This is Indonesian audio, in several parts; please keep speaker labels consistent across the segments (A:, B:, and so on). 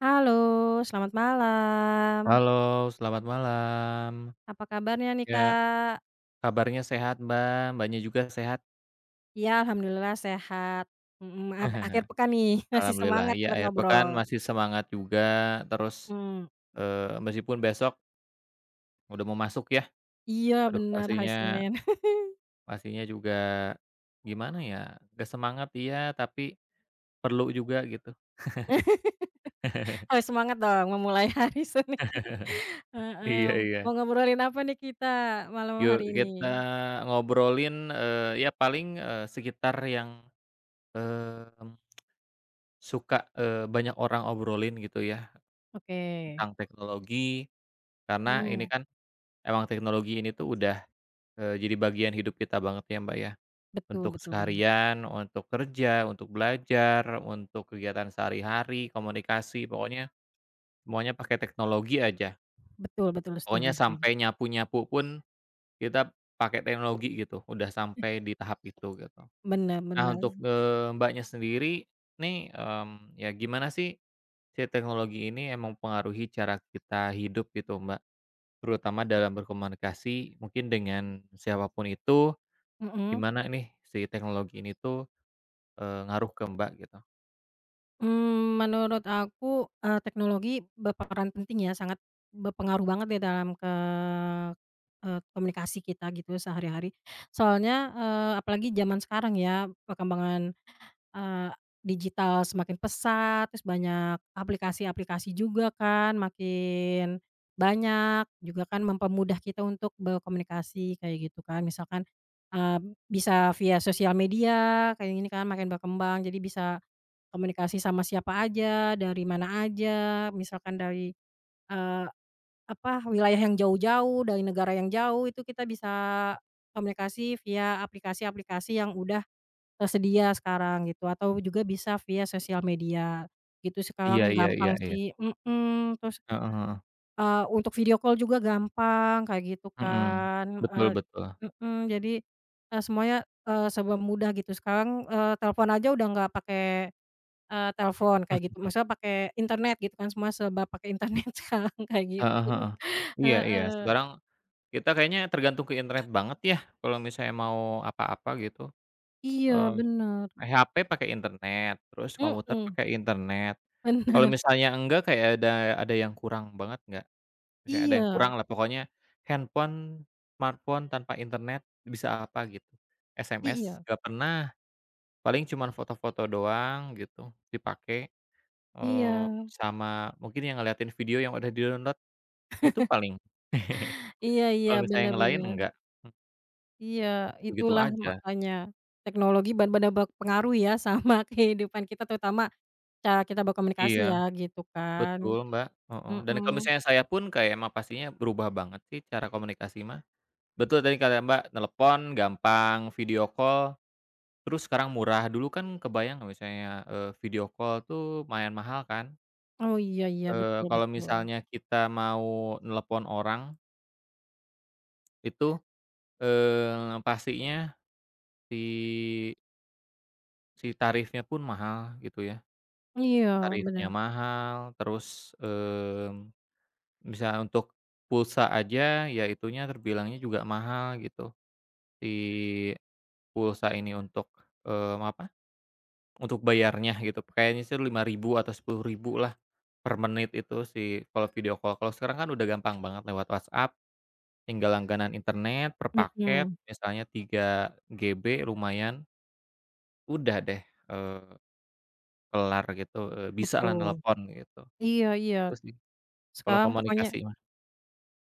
A: Halo, selamat malam.
B: Halo, selamat malam.
A: Apa kabarnya nih,
B: Ya,
A: Kak?
B: kabarnya sehat, Mbak. Mbaknya juga sehat?
A: Ya alhamdulillah sehat. Mhm, ab akhir pekan nih, masih
B: Alhamdulillah.
A: semangat nih
B: Iya,
A: buat
B: akhir pekan
A: ngobrol.
B: masih semangat juga, terus,
A: Mmm,
B: meskipun besok udah mau masuk ya,
A: iya
B: aduh
A: benar hari
B: pastinya
A: Senin.
B: pastinya juga gimana ya, gak semangat iya, tapi perlu juga gitu.
A: Harus semangat dong memulai hari Senin. Heeh,
B: Iya iya.
A: mau ngobrolin apa nih kita malam
B: Yuk
A: hari ini?
B: kita ngobrolin, ya paling, sekitar yang, mmm, suka, banyak orang obrolin gitu ya,
A: Oke.
B: tentang teknologi. Karena ini
A: Mhm,
B: kan emang teknologi ini tuh udah, jadi bagian hidup kita banget ya, Mbak, ya.
A: betul
B: Untuk
A: betul banget.
B: seharian, untuk kerja, untuk belajar, untuk kegiatan sehari-hari, komunikasi, pokoknya semuanya pakai teknologi aja.
A: Betul betul, setuju
B: Pokoknya
A: setuju.
B: sampai nyapu-nyapu pun kita pakai teknologi gitu, udah sampai di tahap itu gitu.
A: Benar
B: Nah
A: benar.
B: untuk, Mbaknya sendiri nih, ya gimana sih si teknologi ini emang pengaruhi cara kita hidup gitu, Mbak? Terutama dalam berkomunikasi mungkin dengan siapapun itu, gimana nih si teknologi ini tuh, ngaruh ke Mbak gitu.
A: Menurut aku, teknologi berperan penting ya, sangat berpengaruh banget ya dalam ke komunikasi kita gitu sehari-hari. Soalnya, apalagi zaman sekarang ya, perkembangan, eee, digital semakin pesat, terus banyak aplikasi-aplikasi juga kan makin banyak, juga kan mempermudah kita untuk berkomunikasi kayak gitu kan. Misalkan, eee, bisa via sosial media kayak gini kan makin berkembang, jadi bisa komunikasi sama siapa aja, dari mana aja, misalkan dari, eee, apa, wilayah yang jauh-jauh, dari negara yang jauh, itu kita bisa komunikasi via aplikasi-aplikasi yang udah tersedia sekarang gitu, atau juga bisa via sosial media, gitu
B: Iya
A: sekarang
B: iya iya
A: gampang
B: iya.
A: sih, terus,
B: Heeh heeh.
A: untuk video call juga gampang kayak gitu
B: Mhm.
A: kan,
B: Betul betul.
A: jadi, semuanya, serba mudah gitu sekarang, telepon aja udah nggak pakai. Telepon kayak gitu, maksudnya pakai internet gitu kan, semua serba pakai internet sekarang kayak
B: Heeh
A: gitu.
B: heeh. Iya iya.
A: Heeh.
B: Sekarang kita kayaknya tergantung ke internet banget ya, kalau misalnya mau apa-apa gitu.
A: Iya bener.
B: Eee, HP pakai internet, terus komputer
A: Mhm,
B: pakai internet. Kalau
A: bener.
B: misalnya enggak kayak ada yang kurang banget nggak? Misalnya ada yang kurang
A: Iya,
B: lah pokoknya handphone, smartphone tanpa internet bisa apa gitu.
A: iya,
B: SMS
A: iya.
B: nggak pernah, paling cuman foto-foto doang gitu dipakai, eee, sama mungkin yang ngeliatin video yang udah di-download gitu paling.
A: Iya iya,
B: Kalau misalnya
A: bener
B: yang lain
A: bener.
B: enggak, mmm,
A: Iya,
B: gitu-gitu
A: itulah
B: aja.
A: makanya teknologi bener berpengaruh ya sama kehidupan kita, terutama cara kita berkomunikasi ya,
B: Iya,
A: gitu kan.
B: betul, Mbak, heeh, dan kalau
A: Mhm.
B: misalnya saya pun kayak emang pastinya berubah banget sih cara komunikasi mah. Betul tadi kata Mbak, telepon gampang, video call. Terus sekarang murah, dulu kan kebayang nggak misalnya, video call tuh lumayan mahal kan,
A: Oh iya iya, betul
B: kalau
A: betul.
B: misalnya kita mau nelepon orang itu, pastinya si si tarifnya pun mahal gitu ya,
A: Iya, bener.
B: tarifnya mahal terus, misalnya untuk pulsa aja ya itunya terbilangnya juga mahal gitu, si pulsa ini untuk, apa, untuk bayarnya gitu kayaknya sih 5.000 atau 10.000 lah. Per menit itu sih kalau video call. Kalau sekarang kan udah gampang banget lewat WhatsApp, tinggal langganan internet per paket
A: Mhm,
B: misalnya 3 GB lumayan, udah deh, eee, kelar gitu, bisalah
A: betul.
B: nelepon gitu.
A: Iya iya.
B: Itu sih kalau
A: Sekarang pokoknya
B: komunikasi mah.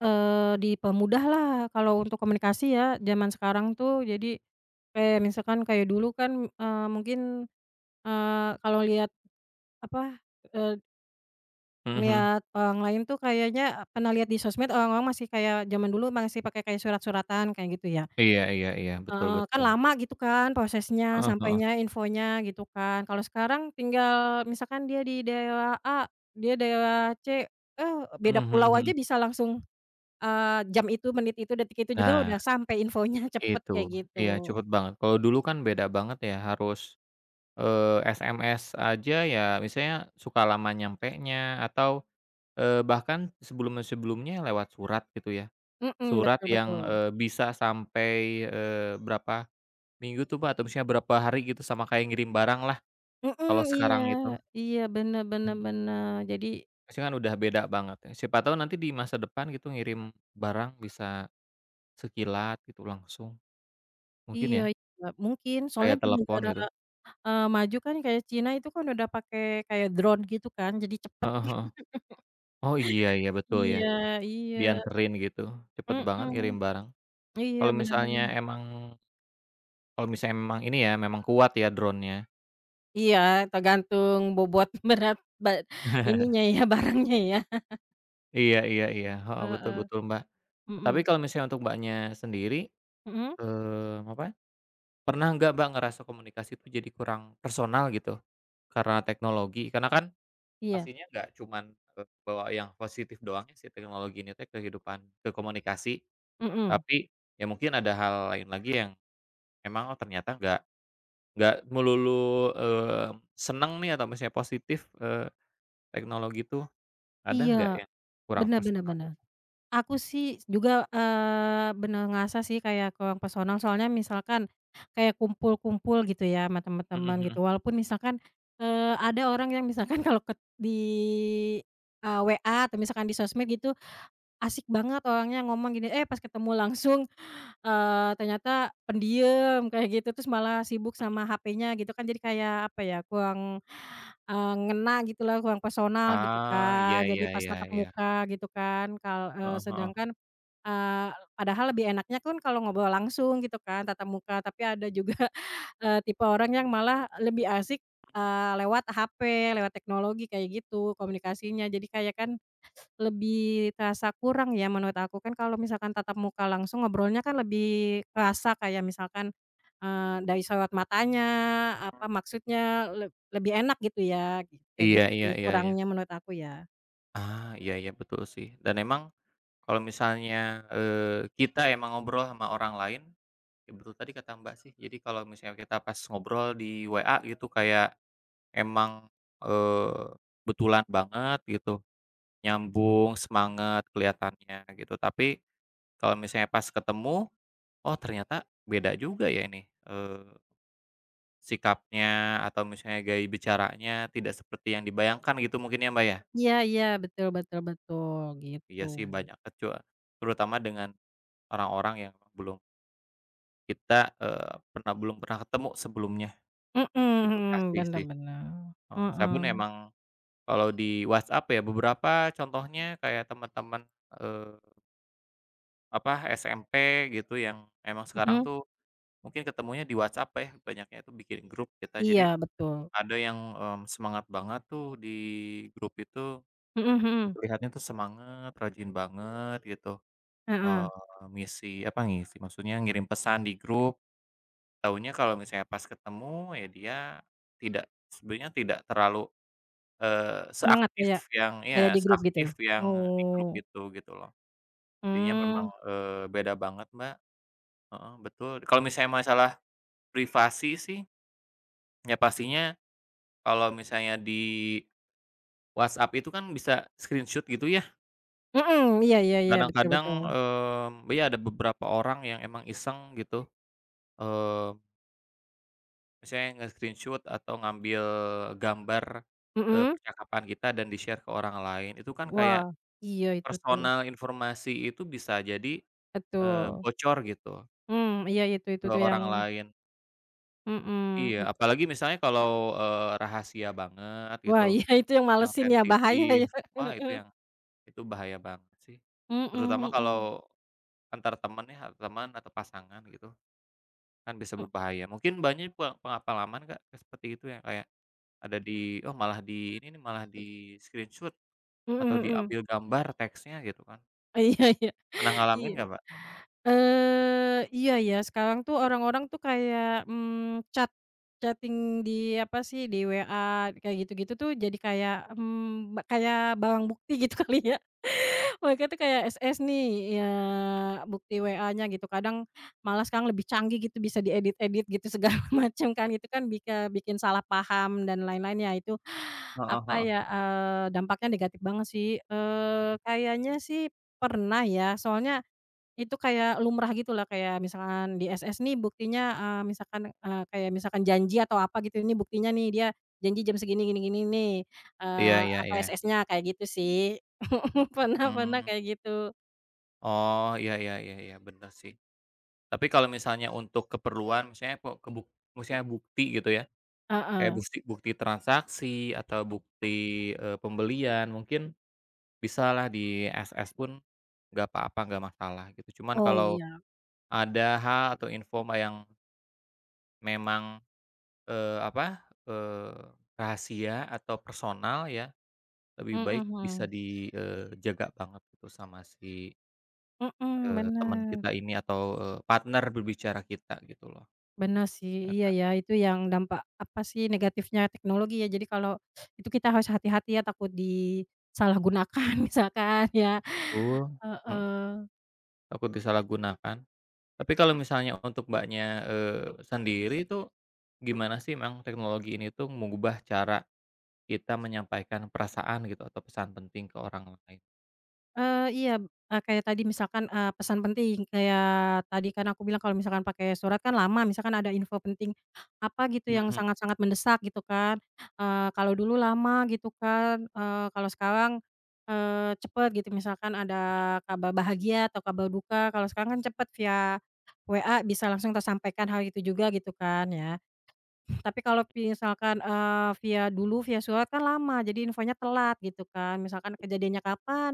A: Dipermudahlah kalau untuk komunikasi ya, zaman sekarang tuh jadi kayak misalkan kayak dulu kan, mungkin, kalau lihat apa, eee,
B: Mhm mhm.
A: ngelihat orang lain tuh kayaknya pernah lihat di sosmed orang-orang masih kayak zaman dulu masih pakai kayak surat-suratan kayak gitu ya.
B: Iya iya iya, betul
A: Heeh, kan
B: betul.
A: lama gitu kan prosesnya
B: Heeh heeh.
A: sampainya infonya gitu kan. Kalau sekarang tinggal misalkan dia di daerah A, dia daerah C, eh,
B: Mhm
A: beda
B: mhm
A: pulau aja
B: mhm.
A: bisa langsung. Jam itu, menit itu, detik itu juga
B: Nah
A: udah sampai infonya cepet
B: itu,
A: kayak
B: iya
A: gitu.
B: cepet banget. Kalau dulu kan beda banget ya harus, eee, SMS aja ya misalnya suka lama nyampenya atau bahkan sebelum-sebelumnya lewat surat gitu ya.
A: Mhm,
B: Surat
A: betul
B: yang,
A: betul.
B: bisa sampai, berapa minggu tuh, Pak, atau misalnya berapa hari gitu sama kayak ngirim barang lah
A: Mhm,
B: kalau
A: iya
B: sekarang itu.
A: iya, bener bener
B: Mhm.
A: bener. Jadi
B: Pasti kan udah beda banget ya. Siapa tahu nanti di masa depan gitu ngirim barang bisa sekilat gitu langsung, mungkin
A: iya
B: ya,
A: ya, mungkin soalnya
B: kayak
A: di
B: telepon
A: negara,
B: gitu.
A: maju kan kayak Cina itu kan udah pakai kayak drone gitu kan, jadi cepet.
B: Heeh heeh. Oh iya iya, betul ya,
A: Iya iya,
B: dianterin gitu, cepet banget
A: mhm,
B: ngirim barang.
A: iya,
B: Kalau
A: bener
B: misalnya
A: bener.
B: emang Kalau misalnya memang ini ya, memang kuat ya drone-nya.
A: Iya, tergantung bobot berat ba ininya ya, barangnya ya.
B: Iya iya iya, heeh, betul
A: Heeh,
B: betul, Mbak. Tapi
A: mhm,
B: kalau misalnya untuk Mbaknya sendiri,
A: mhm,
B: apa, pernah nggak Mbak ngerasa komunikasi itu jadi kurang personal gitu, karena teknologi? Karena kan
A: iya,
B: pastinya nggak cuman, bawa yang positif doang ya si teknologi ini teh ke kehidupan ke komunikasi,
A: mhm,
B: tapi ya mungkin ada hal lain lagi yang emang, oh ternyata nggak melulu, eee, seneng nih atau misalnya positif, teknologi tuh, ada nggak
A: iya,
B: yang kurang
A: bener bener
B: personal?
A: bener. Aku sih juga, bener ngerasa sih kayak kurang personal soalnya misalkan kayak kumpul-kumpul gitu ya sama
B: Mhm
A: teman-teman
B: mhm.
A: gitu walaupun misalkan, ada orang yang misalkan, kalau di, WA atau misalkan di sosmed gitu asik banget orangnya ngomong gini, eh, pas ketemu langsung, ternyata pendiam kayak gitu terus malah sibuk sama HP-nya gitu kan, jadi kayak apa ya kurang, ngena gitulah, kurang personal gitu
B: Ah, iya
A: kan jadi
B: iya
A: pas
B: iya
A: tatap
B: iya.
A: muka gitu kan
B: Heeh heeh.
A: sedangkan padahal lebih enaknya kan kalau ngobrol langsung gitu kan, tatap muka, tapi ada juga, tipe orang yang malah lebih asik, lewat HP, lewat teknologi kayak gitu komunikasinya. Jadi kayak kan lebih terasa kurang ya menurut aku, kan kalau misalkan tatap muka langsung ngobrolnya kan lebih kerasa kayak misalkan, dari sorot matanya, apa maksudnya, lebih enak gitu ya, kayak
B: Iya
A: gitu
B: iya
A: sih
B: iya iya.
A: kurangnya menurut aku ya.
B: Ah, iya iya, betul sih. Dan emang kalau misalnya, kita emang ngobrol sama orang lain, ya betul tadi kata Mbak sih, jadi kalau misalnya kita pas ngobrol di WA gitu kayak emang, eee, betulan banget gitu, nyambung, semangat kelihatannya gitu. Tapi kalau misalnya pas ketemu, oh ternyata beda juga ya ini, eee sikapnya atau misalnya gaya bicaranya tidak seperti yang dibayangkan gitu mungkin ya, Mbak, ya?
A: Iya iya, betul betul betul, gitu.
B: Iya sih banyak terutama dengan orang-orang yang belum kita, belum pernah ketemu sebelumnya,
A: Mhm
B: itu
A: mhm,
B: pasti
A: bener
B: sih.
A: bener,
B: Heeh, saya pun
A: heeh,
B: emang kalau di WhatsApp ya beberapa contohnya kayak teman-teman, eee, apa, SMP gitu yang emang sekarang
A: mhm,
B: tuh mungkin ketemunya di WhatsApp ya banyaknya itu bikin grup kita. Jadi
A: iya betul,
B: ada yang, semangat banget tuh di grup itu.
A: mhm mhm,
B: Kelihatannya tuh semangat, rajin banget gitu,
A: heeh,
B: eee, ngisi apa ngisi, maksudnya ngirim pesan di grup, taunya kalau misalnya pas ketemu ya dia tidak sebenarnya tidak terlalu, eee,
A: semangat
B: seaktif
A: kayak
B: yang
A: kayak
B: iya,
A: di grup gitu?
B: seaktif yang di grup
A: Oh,
B: itu, gitu loh. Jadinya memang,
A: mmm,
B: beda banget, Mbak, heeh, betul. Kalau misalnya masalah privasi sih, ya pastinya kalau misalnya di WhatsApp itu kan bisa screenshot gitu ya.
A: mhm, iya iya iya, betul
B: Kadang-kadang,
A: betul,
B: iya ada beberapa orang yang emang iseng gitu, eee, misalnya nge-screenshot atau ngambil gambar,
A: mhm,
B: percakapan kita dan di-share ke orang lain, itu kan kayak
A: wah, iya itu tuh,
B: personal informasi itu bisa jadi,
A: betul,
B: bocor gitu
A: mmm, iya itu
B: ke
A: tuh yang
B: orang lain.
A: mhm,
B: Iya,
A: it
B: apalagi misalnya kalau, rahasia banget
A: wah
B: gitu,
A: iya, itu yang
B: yang
A: malesin ya, bahaya
B: sensitif,
A: ya,
B: wah itu
A: heeh,
B: yang itu bahaya banget sih.
A: mhm
B: Terutama kalau
A: mhm,
B: antar temen ya, teman atau pasangan gitu. Kan bisa
A: e
B: berbahaya. Mungkin banyak pengalaman Kak, seperti itu yang kayak ada di oh malah di ini nih, malah di-screenshot atau
A: mhm mhm,
B: diambil gambar teksnya gitu kan.
A: iya iya,
B: Pernah ngalamin
A: iya.
B: nggak Mbak?
A: Iya ya, sekarang tuh orang-orang tuh kayak, chatting di apa sih, di WA kayak gitu-gitu tuh jadi kayak, mmm, ba kayak barang bukti gitu kali ya. Mereka tuh kayak SS nih, ya bukti WA-nya gitu, kadang malah sekarang lebih canggih gitu, bisa diedit-edit gitu segala macam kan, itu kan bikin salah paham dan lain-lain ya, itu
B: Heeh
A: apa
B: heeh.
A: ya, dampaknya negatif banget sih. Kayaknya sih pernah ya, soalnya itu kayak lumrah gitulah, kayak misalkan di SS nih buktinya, misalkan, kayak misalkan janji atau apa gitu, ini buktinya nih dia janji jam segini gini gini nih,
B: Iya iya
A: apa
B: iya.
A: SS-nya kayak gitu sih. Pernah pernah
B: Mmm.
A: kayak gitu.
B: Oh, iya iya iya iya, bener sih. Tapi kalau misalnya untuk keperluan misalnya kok maksudnya bukti gitu ya, kayak
A: Heeh.
B: bukti bukti transaksi atau bukti, pembelian mungkin bisalah di SS pun nggak apa-apa, nggak masalah gitu. Cuman
A: Oh,
B: kalau
A: iya.
B: ada hal atau info yang memang, apa, eee, rahasia atau personal ya, lebih baik bisa
A: Mhm.
B: dijaga banget gitu sama si,
A: Mhm,
B: teman
A: bener.
B: kita ini atau, partner berbicara kita gitu loh,
A: Bener sih,
B: ya
A: iya
B: kan.
A: ya, itu yang dampak apa sih negatifnya teknologi ya. Jadi kalau itu kita harus hati-hati ya, takut disalahgunakan misalkan ya.
B: Betul, mhm,
A: Heeh.
B: takut disalahgunakan. Tapi kalau misalnya untuk Mbaknya, sendiri itu gimana sih memang teknologi ini tuh mengubah cara kita menyampaikan perasaan gitu atau pesan penting ke orang lain?
A: Iya, kayak tadi misalkan, pesan penting kayak tadi kan aku bilang kalau misalkan pakai surat kan lama, misalkan ada info penting apa gitu yang
B: Mhm
A: sangat-sangat mendesak gitu kan, kalau dulu lama gitu kan, kalau sekarang, cepet gitu misalkan ada kabar bahagia atau kabar duka, kalau sekarang kan cepet via WA bisa langsung tersampaikan hal itu juga gitu kan ya. Tapi kalau misalkan, via dulu via surat kan lama, jadi infonya telat gitu kan. Misalkan kejadiannya kapan,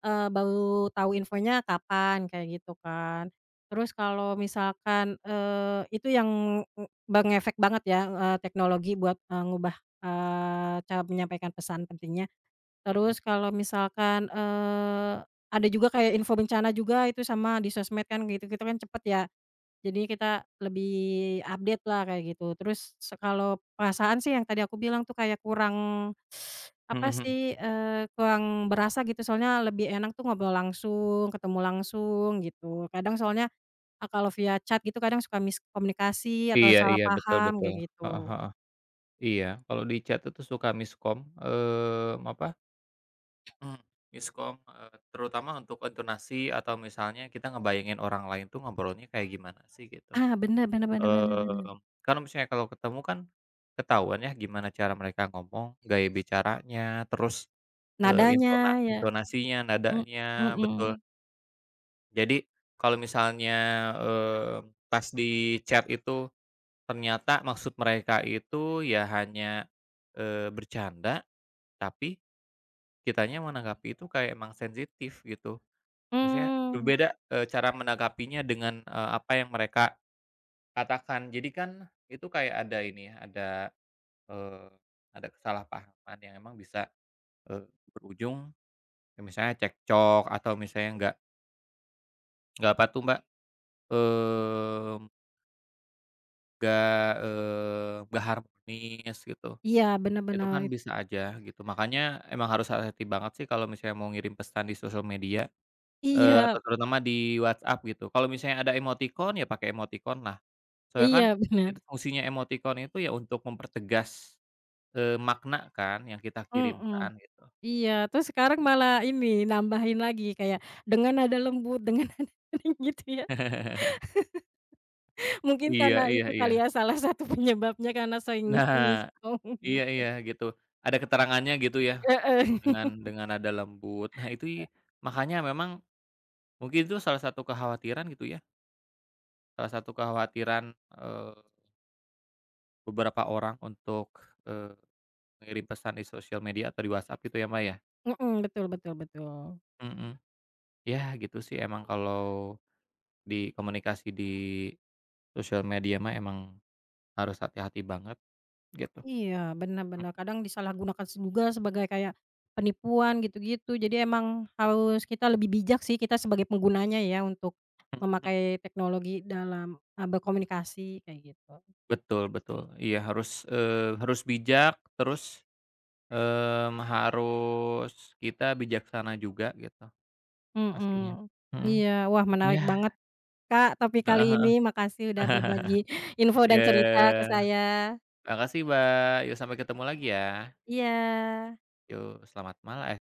A: baru tahu infonya kapan, kayak gitu kan. Terus kalau misalkan, itu yang bengefek banget ya, teknologi buat, ngubah, cara menyampaikan pesan pentingnya.
B: mhm,
A: Terus kalau misalkan, ada juga kayak info bencana juga itu sama di sosmed kan gitu-gitu kan cepet ya. Jadi kita lebih update lah kayak gitu. Terus kalau perasaan sih yang tadi aku bilang tuh kayak kurang
B: mhm
A: apa
B: mhm.
A: sih, kurang berasa gitu soalnya lebih enak tuh ngobrol langsung, ketemu langsung gitu. Kadang soalnya, kalau via chat gitu kadang suka miskomunikasi atau
B: Iya
A: salah
B: iya, betul
A: paham
B: betul.
A: kayak
B: Heeh
A: gitu.
B: heeh. Iya, kalau di chat itu suka miskom, apa, mmm, miskom, terutama untuk intonasi atau misalnya kita ngebayangin orang lain tuh ngobrolnya kayak gimana sih gitu.
A: Ah, bener bener bener bener bener.
B: Mmm, Kan misalnya kalau ketemu kan ketahuan ya gimana cara mereka ngomong, gaya bicaranya, terus,
A: Nadanya ya,
B: intonasinya,
A: mmm,
B: nadanya,
A: mhm,
B: betul. Jadi kalau misalnya, eee, pas di chat itu. Ternyata maksud mereka itu ya hanya, bercanda, tapi kitanya menanggapi itu kayak emang sensitif gitu. Maksudnya
A: mmm,
B: berbeda, cara menanggapinya dengan, apa yang mereka katakan. Jadi kan itu kayak ada ini ya, eee, ada kesalahpahaman yang emang bisa, eee, berujung ya misalnya cekcok atau misalnya nggak apa tuh Mbak, mmm, nggak harmonis gitu.
A: iya bener
B: Itu
A: bener.
B: kan bisa aja gitu, makanya emang harus hati-hati banget sih kalau misalnya mau ngirim pesan di sosial media,
A: Iya
B: atau terutama di WhatsApp gitu. Kalau misalnya ada emotikon, ya pakai emoticon lah. Soalnya kan
A: iya bener,
B: itu fungsinya emotikon itu ya untuk mempertegas, makna kan yang kita kirimkan
A: mhm.
B: gitu.
A: Iya, terus sekarang malah ini, nambahin lagi kayak dengan nada lembut, dengan nada kering gitu ya. Mungkin
B: Iya
A: karena
B: iya
A: itu
B: iya.
A: kali ya salah satu penyebabnya karena sering
B: Nah,
A: miskom
B: iya
A: gitu.
B: iya gitu. Ada keterangannya gitu ya,
A: Heeh,
B: dengan nada lembut. Nah itu makanya memang mungkin itu salah satu kekhawatiran gitu ya, salah satu kekhawatiran, eee beberapa orang untuk, eee, ngirim pesan di sosial media atau di WhatsApp gitu ya, Mbak, ya?
A: mhm, betul betul betul.
B: Mhm. Ya gitu sih emang kalau di komunikasi di sosial media mah emang harus hati-hati banget gitu.
A: Iya, benar-benar kadang disalahgunakan juga sebagai kayak penipuan gitu-gitu. Jadi emang harus kita lebih bijak sih kita sebagai penggunanya ya untuk
B: Mhm.
A: memakai teknologi dalam, berkomunikasi kayak gitu.
B: Betul betul. Iya harus bijak terus, harus kita bijaksana juga gitu pastinya.
A: Mhm.
B: Mhm.
A: Iya, wah menarik
B: Iya.
A: banget Kak, topik kali
B: Heeh
A: ini
B: heeh.
A: makasih udah berbagi info dan cerita ke
B: Ya.
A: saya.
B: Makasih, Mbak. Yuk sampai ketemu lagi ya.
A: Iya.
B: Yuk selamat malam. Eh,